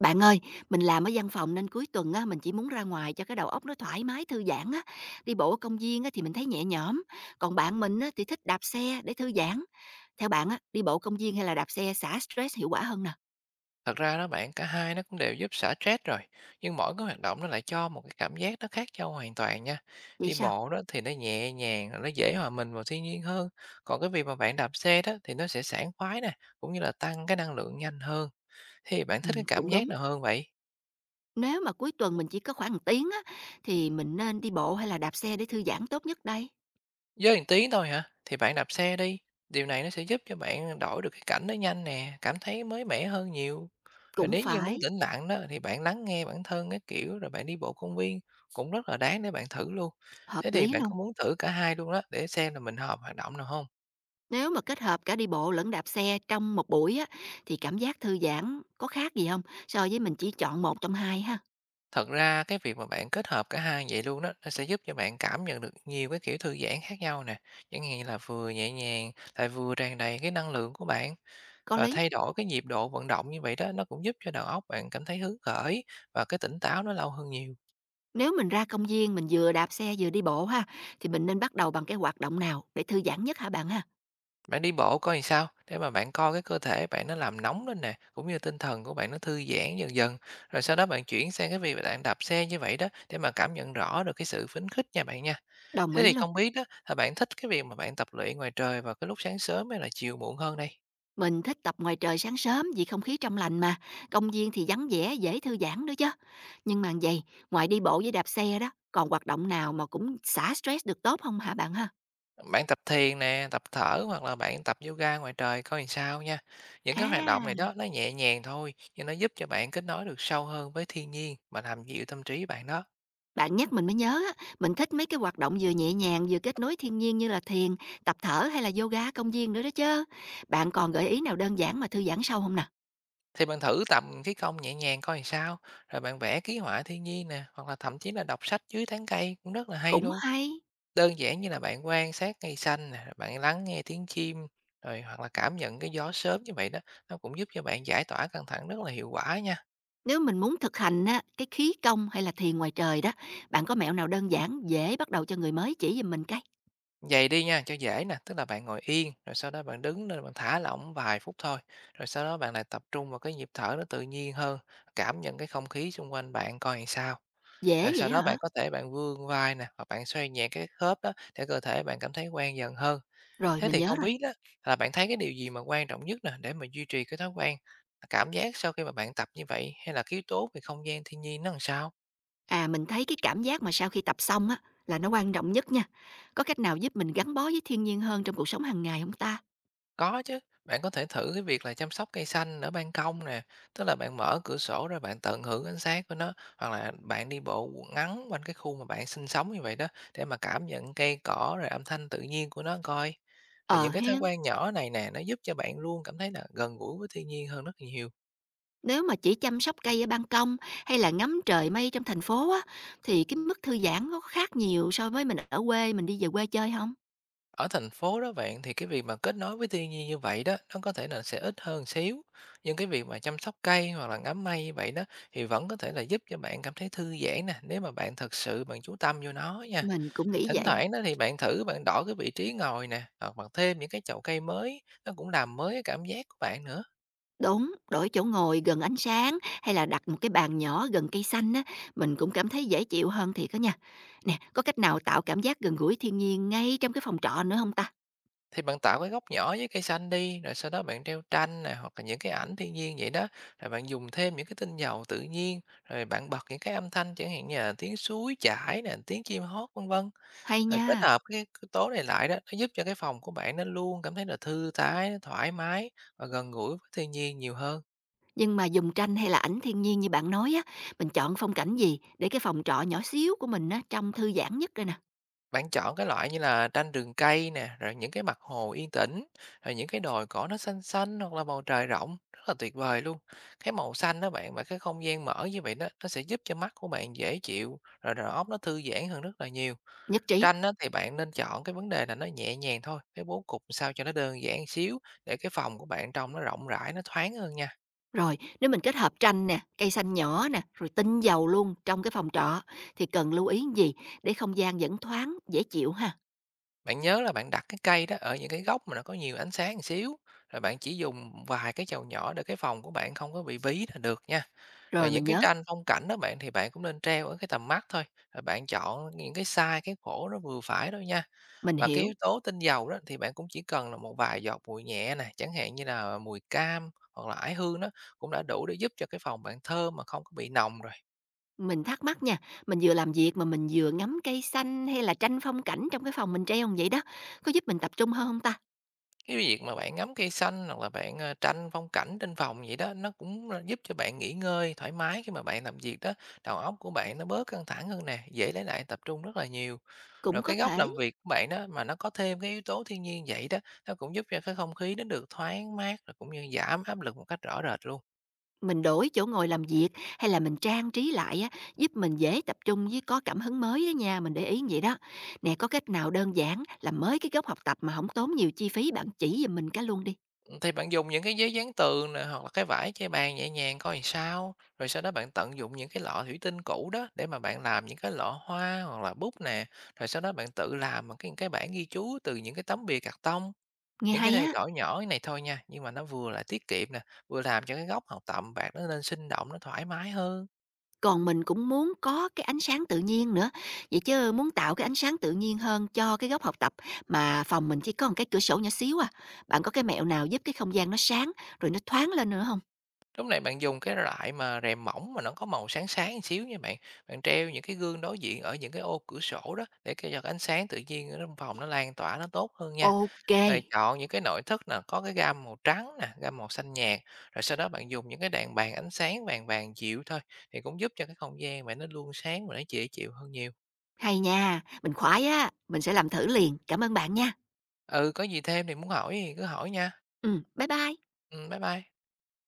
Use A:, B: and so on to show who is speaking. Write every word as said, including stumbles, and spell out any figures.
A: Bạn ơi, mình làm ở văn phòng nên cuối tuần á, mình chỉ muốn ra ngoài cho cái đầu óc nó thoải mái, thư giãn á. Đi bộ ở công viên á, thì mình thấy nhẹ nhõm. Còn bạn mình á, thì thích đạp xe để thư giãn. Theo bạn á, đi bộ công viên hay là đạp xe xả stress hiệu quả hơn nè?
B: Thật ra đó bạn, cả hai nó cũng đều giúp xả stress rồi, nhưng mỗi cái hoạt động nó lại cho một cái cảm giác nó khác nhau hoàn toàn nha.
A: Vậy
B: Đi
A: sao?
B: bộ đó thì nó nhẹ nhàng, nó dễ hòa mình vào thiên nhiên hơn. Còn cái việc mà bạn đạp xe đó thì nó sẽ sảng khoái nè, cũng như là tăng cái năng lượng nhanh hơn. Thì bạn
A: Ừ,
B: thích cái cảm
A: cũng đúng.
B: giác nào hơn vậy?
A: Nếu mà cuối tuần mình chỉ có khoảng một tiếng á, thì mình nên đi bộ hay là đạp xe để thư giãn tốt nhất đây?
B: Với một tiếng thôi hả? Thì bạn đạp xe đi, điều này nó sẽ giúp cho bạn đổi được cái cảnh nó nhanh nè, cảm thấy mới mẻ hơn nhiều. Rồi
A: Cũng
B: nếu như muốn
A: phải,
B: tĩnh lặng đó thì bạn lắng nghe bản thân cái kiểu, rồi bạn đi bộ công viên cũng rất là đáng để bạn thử luôn.
A: hợp
B: Thế thì
A: lý
B: bạn
A: luôn.
B: có muốn thử cả hai luôn đó để xem là mình hợp hoạt động nào không?
A: Nếu mà kết hợp cả đi bộ lẫn đạp xe trong một buổi á, thì cảm giác thư giãn có khác gì không so với mình chỉ chọn một trong hai ha?
B: Thật ra cái việc mà bạn kết hợp cả hai vậy luôn đó, nó sẽ giúp cho bạn cảm nhận được nhiều cái kiểu thư giãn khác nhau nè, chẳng hạn như là vừa nhẹ nhàng lại vừa tràn đầy cái năng lượng của bạn.
A: Có
B: Ờ,
A: lý.
B: thay đổi cái nhịp độ vận động như vậy đó, nó cũng giúp cho đầu óc bạn cảm thấy hứng khởi và cái tỉnh táo nó lâu hơn nhiều.
A: Nếu mình ra công viên mình vừa đạp xe vừa đi bộ ha, thì mình nên bắt đầu bằng cái hoạt động nào để thư giãn nhất hả bạn ha?
B: Bạn đi bộ coi làm sao để mà bạn coi cái cơ thể bạn nó làm nóng lên nè, cũng như tinh thần của bạn nó thư giãn dần dần. Rồi sau đó bạn chuyển sang cái việc bạn đạp xe như vậy đó để mà cảm nhận rõ được cái sự phấn khích nha bạn nha.
A: Đồng
B: Thế
A: ý
B: thì
A: luôn.
B: không biết đó là bạn thích cái việc mà bạn tập luyện ngoài trời vào cái lúc sáng sớm hay là chiều muộn hơn đây?
A: Mình thích tập ngoài trời sáng sớm vì không khí trong lành mà. Công viên thì vắng vẻ dễ thư giãn nữa chứ. Nhưng mà vậy, ngoài đi bộ với đạp xe đó, còn hoạt động nào mà cũng xả stress được tốt không hả bạn ha?
B: Bạn tập thiền nè, tập thở hoặc là bạn tập yoga ngoài trời coi làm sao nha. Những cái hoạt động này
A: À,
B: đó nó nhẹ nhàng thôi, nhưng nó giúp cho bạn kết nối được sâu hơn với thiên nhiên và làm dịu tâm trí bạn đó.
A: bạn nhắc mình mới nhớ á, mình thích mấy cái hoạt động vừa nhẹ nhàng vừa kết nối thiên nhiên như là thiền, tập thở hay là yoga ở công viên nữa đó chứ. Bạn còn gợi ý nào đơn giản mà thư giãn sâu không nè?
B: Thì bạn thử tập khí công nhẹ nhàng coi làm sao, rồi bạn vẽ ký họa thiên nhiên nè, hoặc là thậm chí là đọc sách dưới tán cây cũng rất là hay
A: Cũng
B: luôn.
A: hay.
B: Đơn giản như là bạn quan sát cây xanh nè, rồi bạn lắng nghe tiếng chim, rồi hoặc là cảm nhận cái gió sớm như vậy đó, nó cũng giúp cho bạn giải tỏa căng thẳng rất là hiệu quả nha.
A: Nếu mình muốn thực hành á, cái khí công hay là thiền ngoài trời đó, bạn có mẹo nào đơn giản, dễ bắt đầu cho người mới chỉ giùm mình cái?
B: Vậy đi nha, cho dễ nè, tức là bạn ngồi yên, rồi sau đó bạn đứng lên bạn thả lỏng vài phút thôi, rồi sau đó bạn lại tập trung vào cái nhịp thở nó tự nhiên hơn, cảm nhận cái không khí xung quanh bạn coi làm sao.
A: Dễ
B: Rồi
A: vậy
B: sau đó bạn
A: hả?
B: có thể bạn vươn vai nè, hoặc bạn xoay nhẹ cái khớp đó để cơ thể bạn cảm thấy quen dần hơn.
A: Rồi,
B: Thế
A: mình
B: thì
A: nhớ
B: không
A: rồi.
B: biết đó là bạn thấy cái điều gì mà quan trọng nhất nè để mà duy trì cái thói quen, cảm giác sau khi mà bạn tập như vậy hay là cái yếu tố về không gian thiên nhiên nó làm sao?
A: À, mình thấy cái cảm giác mà sau khi tập xong á, là nó quan trọng nhất nha. Có cách nào giúp mình gắn bó với thiên nhiên hơn trong cuộc sống hàng ngày không ta?
B: Có chứ, bạn có thể thử cái việc là chăm sóc cây xanh ở ban công nè, tức là bạn mở cửa sổ ra bạn tận hưởng ánh sáng của nó, hoặc là bạn đi bộ ngắn quanh cái khu mà bạn sinh sống như vậy đó, để mà cảm nhận cây cỏ rồi âm thanh tự nhiên của nó coi. Rồi
A: Ờ
B: những cái thói
A: hen,
B: quen nhỏ này nè, nó giúp cho bạn luôn cảm thấy là gần gũi với thiên nhiên hơn rất là nhiều.
A: nếu mà chỉ chăm sóc cây ở ban công hay là ngắm trời mây trong thành phố á, thì cái mức thư giãn nó có khác nhiều so với mình ở quê, mình đi về quê chơi không?
B: Ở thành phố đó bạn thì cái việc mà kết nối với thiên nhiên như vậy đó nó có thể là sẽ ít hơn xíu, nhưng cái việc mà chăm sóc cây hoặc là ngắm mây như vậy đó thì vẫn có thể là giúp cho bạn cảm thấy thư giãn nè, nếu mà bạn thật sự bạn chú tâm vô nó nha
A: Mình cũng nghĩ
B: Thỉnh
A: vậy.
B: thoảng đó thì bạn thử bạn đổi cái vị trí ngồi nè, hoặc bạn thêm những cái chậu cây mới nó cũng làm mới cái cảm giác của bạn nữa
A: Đúng, đổi chỗ ngồi gần ánh sáng hay là đặt một cái bàn nhỏ gần cây xanh á, mình cũng cảm thấy dễ chịu hơn thiệt á nha. Nè, có cách nào tạo cảm giác gần gũi thiên nhiên ngay trong cái phòng trọ nữa không ta?
B: Thì bạn tạo cái góc nhỏ với cây xanh đi, rồi sau đó bạn treo tranh này hoặc là những cái ảnh thiên nhiên vậy đó. Rồi bạn dùng thêm những cái tinh dầu tự nhiên, rồi bạn bật những cái âm thanh chẳng hạn như là tiếng suối chảy nè, tiếng chim hót vân vân.
A: Hay
B: Rồi
A: nha.
B: kết hợp cái yếu tố này lại đó, nó giúp cho cái phòng của bạn nó luôn cảm thấy là thư thái, thoải mái và gần gũi với thiên nhiên nhiều hơn.
A: Nhưng mà dùng tranh hay là ảnh thiên nhiên như bạn nói á, mình chọn phong cảnh gì để cái phòng trọ nhỏ xíu của mình á trông thư giãn nhất đây nè,
B: Bạn chọn cái loại như là tranh rừng cây nè, rồi những cái mặt hồ yên tĩnh, rồi những cái đồi cỏ nó xanh xanh, hoặc là bầu trời rộng, rất là tuyệt vời luôn. Cái màu xanh đó bạn và cái không gian mở như vậy đó, nó sẽ giúp cho mắt của bạn dễ chịu, rồi đầu óc nó thư giãn hơn rất là nhiều.
A: nhất trí.
B: Tranh đó thì bạn nên chọn cái vấn đề là nó nhẹ nhàng thôi, cái bố cục sao cho nó đơn giản xíu, để cái phòng của bạn trông nó rộng rãi, nó thoáng hơn nha.
A: Rồi, nếu mình kết hợp tranh nè, cây xanh nhỏ nè, rồi tinh dầu luôn trong cái phòng trọ thì cần lưu ý gì để không gian vẫn thoáng, dễ chịu ha.
B: Bạn nhớ là bạn đặt cái cây đó ở những cái góc mà nó có nhiều ánh sáng một xíu, rồi bạn chỉ dùng vài cái chầu nhỏ để cái phòng của bạn không có bị ví là được nha.
A: Rồi
B: Rồi
A: mình
B: những cái
A: nhớ,
B: tranh phong cảnh đó bạn thì bạn cũng nên treo ở cái tầm mắt thôi, rồi bạn chọn những cái size, cái khổ nó vừa phải thôi nha.
A: mình
B: Và cái
A: hiểu.
B: yếu tố tinh dầu đó thì bạn cũng chỉ cần là một vài giọt mùi nhẹ nè, chẳng hạn như là mùi cam hoặc là ải hương đó, cũng đã đủ để giúp cho cái phòng bạn thơm mà không có bị nồng rồi.
A: Mình thắc mắc nha, mình vừa làm việc mà mình vừa ngắm cây xanh hay là tranh phong cảnh trong cái phòng mình treo như vậy đó, có giúp mình tập trung hơn không ta?
B: Cái việc mà bạn ngắm cây xanh hoặc là bạn, ờ, tranh phong cảnh trên phòng vậy đó, nó cũng, ơ, giúp cho bạn nghỉ ngơi thoải mái khi mà bạn làm việc đó. Đầu óc của bạn nó bớt căng thẳng hơn nè, dễ lấy lại tập trung rất là nhiều.
A: Cũng
B: Rồi
A: có
B: cái góc
A: thể
B: làm việc của bạn đó mà nó có thêm cái yếu tố thiên nhiên vậy đó, nó cũng giúp cho cái không khí nó được thoáng mát, rồi cũng như giảm áp lực một cách rõ rệt luôn.
A: mình đổi chỗ ngồi làm việc hay là mình trang trí lại á, giúp mình dễ tập trung với có cảm hứng mới á nha, mình để ý vậy đó. Nè, có cách nào đơn giản làm mới cái góc học tập mà không tốn nhiều chi phí bạn chỉ giùm mình cái luôn đi,
B: Thì bạn dùng những cái giấy dán tường nè, hoặc là cái vải che bàn nhẹ nhàng coi làm sao, rồi sau đó bạn tận dụng những cái lọ thủy tinh cũ đó để mà bạn làm những cái lọ hoa hoặc là bút nè, rồi sau đó bạn tự làm bằng cái cái bảng ghi chú từ những cái tấm bìa cạc tông.
A: nghe
B: Những cái
A: hay
B: thay
A: á!
B: đổi nhỏ này thôi nha, nhưng mà nó vừa là tiết kiệm nè, vừa làm cho cái góc học tập bạn nó nên sinh động, nó thoải mái hơn.
A: Còn mình cũng muốn có cái ánh sáng tự nhiên nữa, vậy chứ muốn tạo cái ánh sáng tự nhiên hơn cho cái góc học tập mà phòng mình chỉ có một cái cửa sổ nhỏ xíu à. Bạn có cái mẹo nào giúp cái không gian nó sáng, rồi nó thoáng lên nữa không?
B: Lúc này bạn dùng cái loại mà rèm mỏng mà nó có màu sáng sáng một xíu nha bạn. Bạn treo những cái gương đối diện ở những cái ô cửa sổ đó để cho ánh sáng tự nhiên ở trong phòng nó lan tỏa nó tốt hơn nha
A: ô kê,
B: Rồi chọn những cái nội thất nè, có cái gam màu trắng nè, gam màu xanh nhạt, rồi sau đó bạn dùng những cái đèn bàn ánh sáng vàng vàng dịu thôi, thì cũng giúp cho cái không gian bạn nó luôn sáng và nó dễ chịu hơn nhiều.
A: hay nha, mình khoái á, mình sẽ làm thử liền. Cảm ơn bạn nha.
B: Ừ, có gì thêm thì muốn hỏi thì cứ hỏi nha.
A: Ừm, bye bye.
B: Ừm, bye bye.